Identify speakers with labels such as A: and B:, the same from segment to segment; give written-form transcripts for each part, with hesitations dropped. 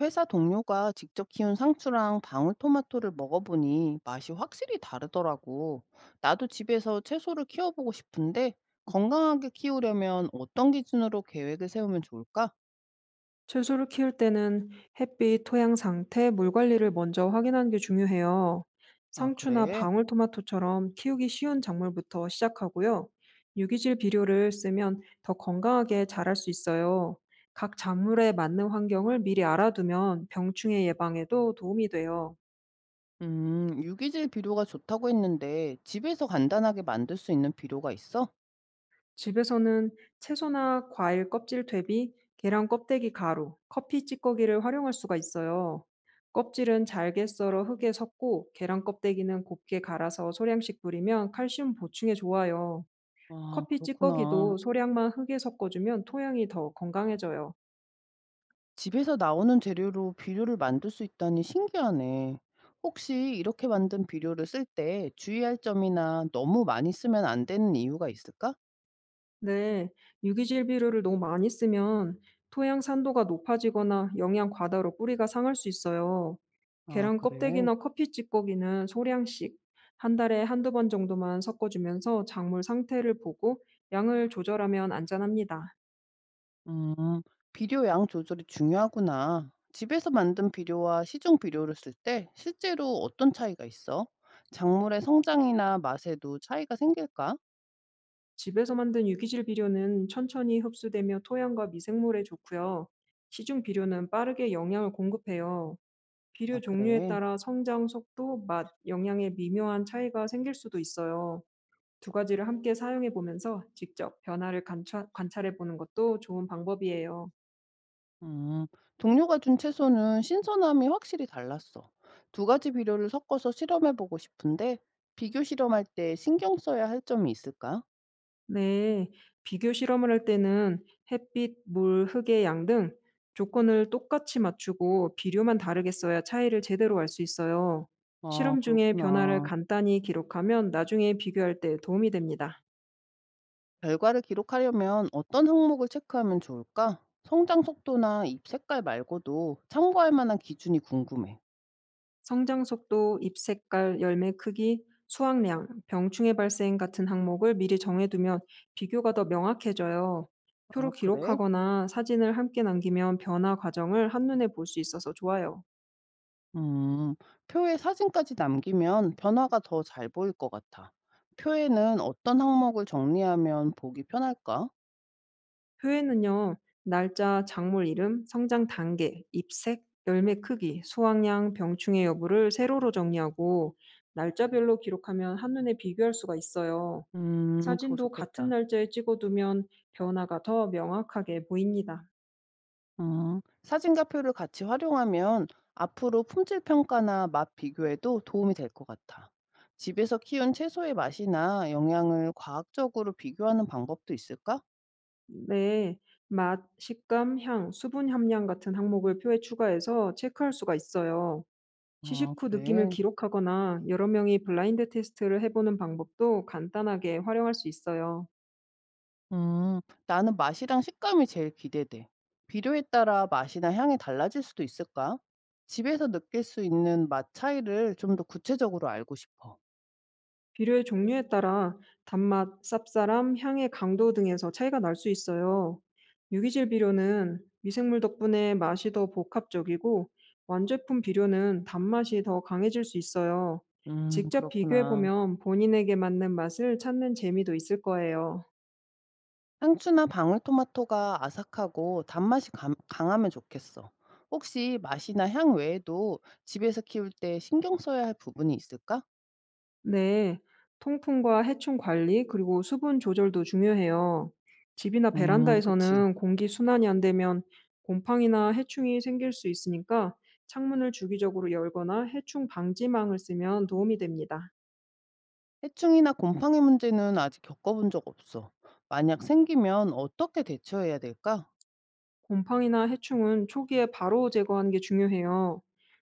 A: 회사 동료가 직접 키운 상추랑 방울토마토를 먹어보니 맛이 확실히 다르더라고. 나도 집에서 채소를 키워보고 싶은데 건강하게 키우려면 어떤 기준으로 계획을 세우면 좋을까?
B: 채소를 키울 때는 햇빛, 토양 상태, 물 관리를 먼저 확인하는 게 중요해요.
A: 아,
B: 상추나
A: 그래?
B: 방울토마토처럼 키우기 쉬운 작물부터 시작하고요. 유기질 비료를 쓰면 더 건강하게 자랄 수 있어요. 각 작물에 맞는 환경을 미리 알아두면 병충해 예방에도 도움이 돼요.
A: 유기질 비료가 좋다고 했는데 집에서 간단하게 만들 수 있는 비료가 있어?
B: 집에서는 채소나 과일 껍질 대비 계란 껍데기 가루, 커피 찌꺼기를 활용할 수가 있어요. 껍질은 잘게 썰어 흙에 섞고 계란 껍데기는 곱게 갈아서 소량씩 뿌리면 칼슘 보충에 좋아요.
A: 아,
B: 커피
A: 그렇구나.
B: 찌꺼기도 소량만 흙에 섞어주면 토양이 더 건강해져요.
A: 집에서 나오는 재료로 비료를 만들 수 있다니 신기하네. 혹시 이렇게 만든 비료를 쓸 때 주의할 점이나 너무 많이 쓰면 안 되는 이유가 있을까?
B: 네, 유기질비료를 너무 많이 쓰면 토양 산도가 높아지거나 영양 과다로 뿌리가 상할 수 있어요.
A: 아,
B: 계란
A: 그래.
B: 껍데기나 커피 찌꺼기는 소량씩 한 달에 한두 번 정도만 섞어주면서 작물 상태를 보고 양을 조절하면 안전합니다.
A: 음, 비료 양 조절이 중요하구나. 집에서 만든 비료와 시중 비료를 쓸 때 실제로 어떤 차이가 있어? 작물의 성장이나 맛에도 차이가 생길까?
B: 집에서 만든 유기질 비료는 천천히 흡수되며 토양과 미생물에 좋고요. 시중 비료는 빠르게 영양을 공급해요.
A: 아,
B: 비료 종류에
A: 그래.
B: 따라 성장 속도, 맛, 영양에 미묘한 차이가 생길 수도 있어요. 두 가지를 함께 사용해 보면서 직접 변화를 관찰, 관찰해 보는 것도 좋은 방법이에요.
A: 음, 동료가 준 채소는 신선함이 확실히 달랐어. 두 가지 비료를 섞어서 실험해보고 싶은데, 비교 실험할 때 신경 써야 할 점이 있을까?
B: 네, 비교 실험을 할 때는 햇빛, 물, 흙의 양 등 조건을 똑같이 맞추고 비료만 다르게 써야 차이를 제대로 알 수 있어요.
A: 아,
B: 실험 중에 변화를
A: 그렇구나.
B: 간단히 기록하면 나중에 비교할 때 도움이 됩니다.
A: 결과를 기록하려면 어떤 항목을 체크하면 좋을까? 성장 속도나 잎 색깔 말고도 참고할 만한 기준이 궁금해.
B: 성장 속도, 잎 색깔, 열매 크기, 수확량, 병충해 발생 같은 항목을 미리 정해두면 비교가 더 명확해져요.
A: 아,
B: 표로
A: 그래?
B: 기록하거나 사진을 함께 남기면 변화 과정을 한눈에 볼 수 있어서 좋아요.
A: 음, 표에 사진까지 남기면 변화가 더 잘 보일 것 같아. 표에는 어떤 항목을 정리하면 보기 편할까?
B: 표에는요, 날짜, 작물 이름, 성장 단계, 잎색, 열매 크기, 수확량, 병충해 여부를 세로로 정리하고 날짜별로 기록하면 한눈에 비교할 수가 있어요.
A: 그거
B: 사진도 같은
A: 좋겠다.
B: 날짜에 찍어두면 변화가 더 명확하게 보입니다.
A: 어, 사진과 표를 같이 활용하면 앞으로 품질 평가나 맛 비교에도 도움이 될 것 같아. 집에서 키운 채소의 맛이나 영양을 과학적으로 비교하는 방법도 있을까?
B: 네. 맛, 식감, 향, 수분 함량 같은 항목을 표에 추가해서 체크할 수가 있어요.
A: 아,
B: 시식 후 느낌을
A: 그래.
B: 기록하거나 여러 명이 블라인드 테스트를 해보는 방법도 간단하게 활용할 수 있어요.
A: 음, 나는 맛이랑 식감이 제일 기대돼. 비료에 따라 맛이나 향이 달라질 수도 있을까? 집에서 느낄 수 있는 맛 차이를 좀 더 구체적으로 알고 싶어.
B: 비료의 종류에 따라 단맛, 쌉싸람, 향의 강도 등에서 차이가 날 수 있어요. 유기질 비료는 미생물 덕분에 맛이 더 복합적이고 완제품 비료는 단맛이 더 강해질 수 있어요. 직접
A: 그렇구나.
B: 비교해보면 본인에게 맞는 맛을 찾는 재미도 있을 거예요.
A: 상추나 방울토마토가 아삭하고 단맛이 강하면 좋겠어. 혹시 맛이나 향 외에도 집에서 키울 때 신경 써야 할 부분이 있을까?
B: 네, 통풍과 해충 관리, 그리고 수분 조절도 중요해요. 집이나
A: 그치.
B: 베란다에서는 공기 순환이 안 되면 곰팡이나 해충이 생길 수 있으니까 창문을 주기적으로 열거나 해충 방지망을 쓰면 도움이 됩니다.
A: 해충이나 곰팡이 문제는 아직 겪어본 적 없어. 만약 생기면 어떻게 대처해야 될까?
B: 곰팡이나 해충은 초기에 바로 제거하는 게 중요해요.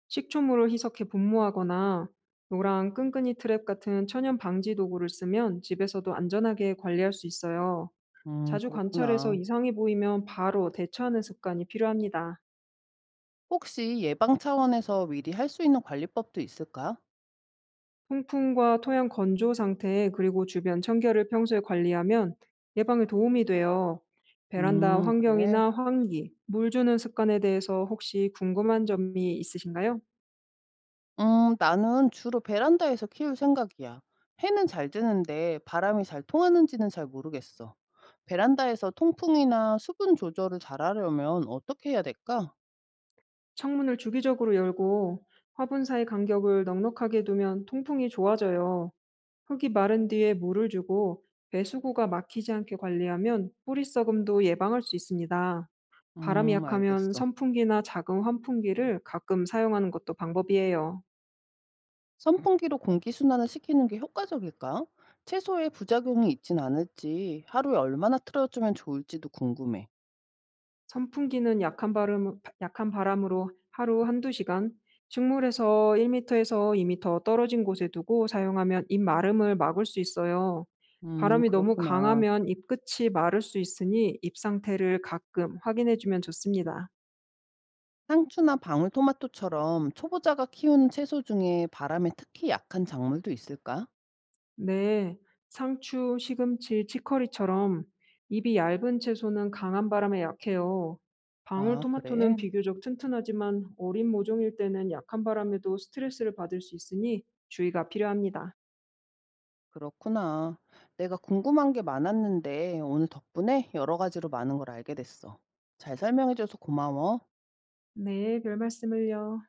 B: 식초물을 희석해 분무하거나 노랑 끈끈이 트랩 같은 천연 방지 도구를 쓰면 집에서도 안전하게 관리할 수 있어요. 자주 관찰해서
A: 그렇구나.
B: 이상이 보이면 바로 대처하는 습관이 필요합니다.
A: 혹시 예방 차원에서 미리 할 수 있는 관리법도 있을까?
B: 통풍과 토양 건조 상태 그리고 주변 청결을 평소에 관리하면 예방에 도움이 돼요. 베란다
A: 그래.
B: 환경이나 환기, 물 주는 습관에 대해서 혹시 궁금한 점이 있으신가요?
A: 나는 주로 베란다에서 키울 생각이야. 해는 잘 드는데 바람이 잘 통하는지는 잘 모르겠어. 베란다에서 통풍이나 수분 조절을 잘하려면 어떻게 해야 될까?
B: 창문을 주기적으로 열고 화분 사이 간격을 넉넉하게 두면 통풍이 좋아져요. 흙이 마른 뒤에 물을 주고 배수구가 막히지 않게 관리하면 뿌리 썩음도 예방할 수 있습니다. 바람이 약하면
A: 알겠어.
B: 선풍기나 작은 환풍기를 가끔 사용하는 것도 방법이에요.
A: 선풍기로 공기순환을 시키는 게 효과적일까? 채소에 부작용이 있진 않을지, 하루에 얼마나 틀어주면 좋을지도 궁금해.
B: 선풍기는 약한 바람, 약한 바람으로 하루 한두 시간, 식물에서 1터에서2터 떨어진 곳에 두고 사용하면 잎 마름을 막을 수 있어요. 바람이 너무
A: 그렇구나.
B: 강하면 잎 끝이 마를 수 있으니 잎 상태를 가끔 확인해 주면 좋습니다.
A: 상추나 방울토마토처럼 초보자가 키우는 채소 중에 바람에 특히 약한 작물도 있을까?
B: 네, 상추, 시금치, 치커리처럼 잎이 얇은 채소는 강한 바람에 약해요.
A: 아, 그래.
B: 방울토마토는 비교적 튼튼하지만 어린 모종일 때는 약한 바람에도 스트레스를 받을 수 있으니 주의가 필요합니다.
A: 그렇구나. 내가 궁금한 게 많았는데 오늘 덕분에 여러 가지로 많은 걸 알게 됐어. 잘 설명해줘서 고마워.
B: 네, 별 말씀을요.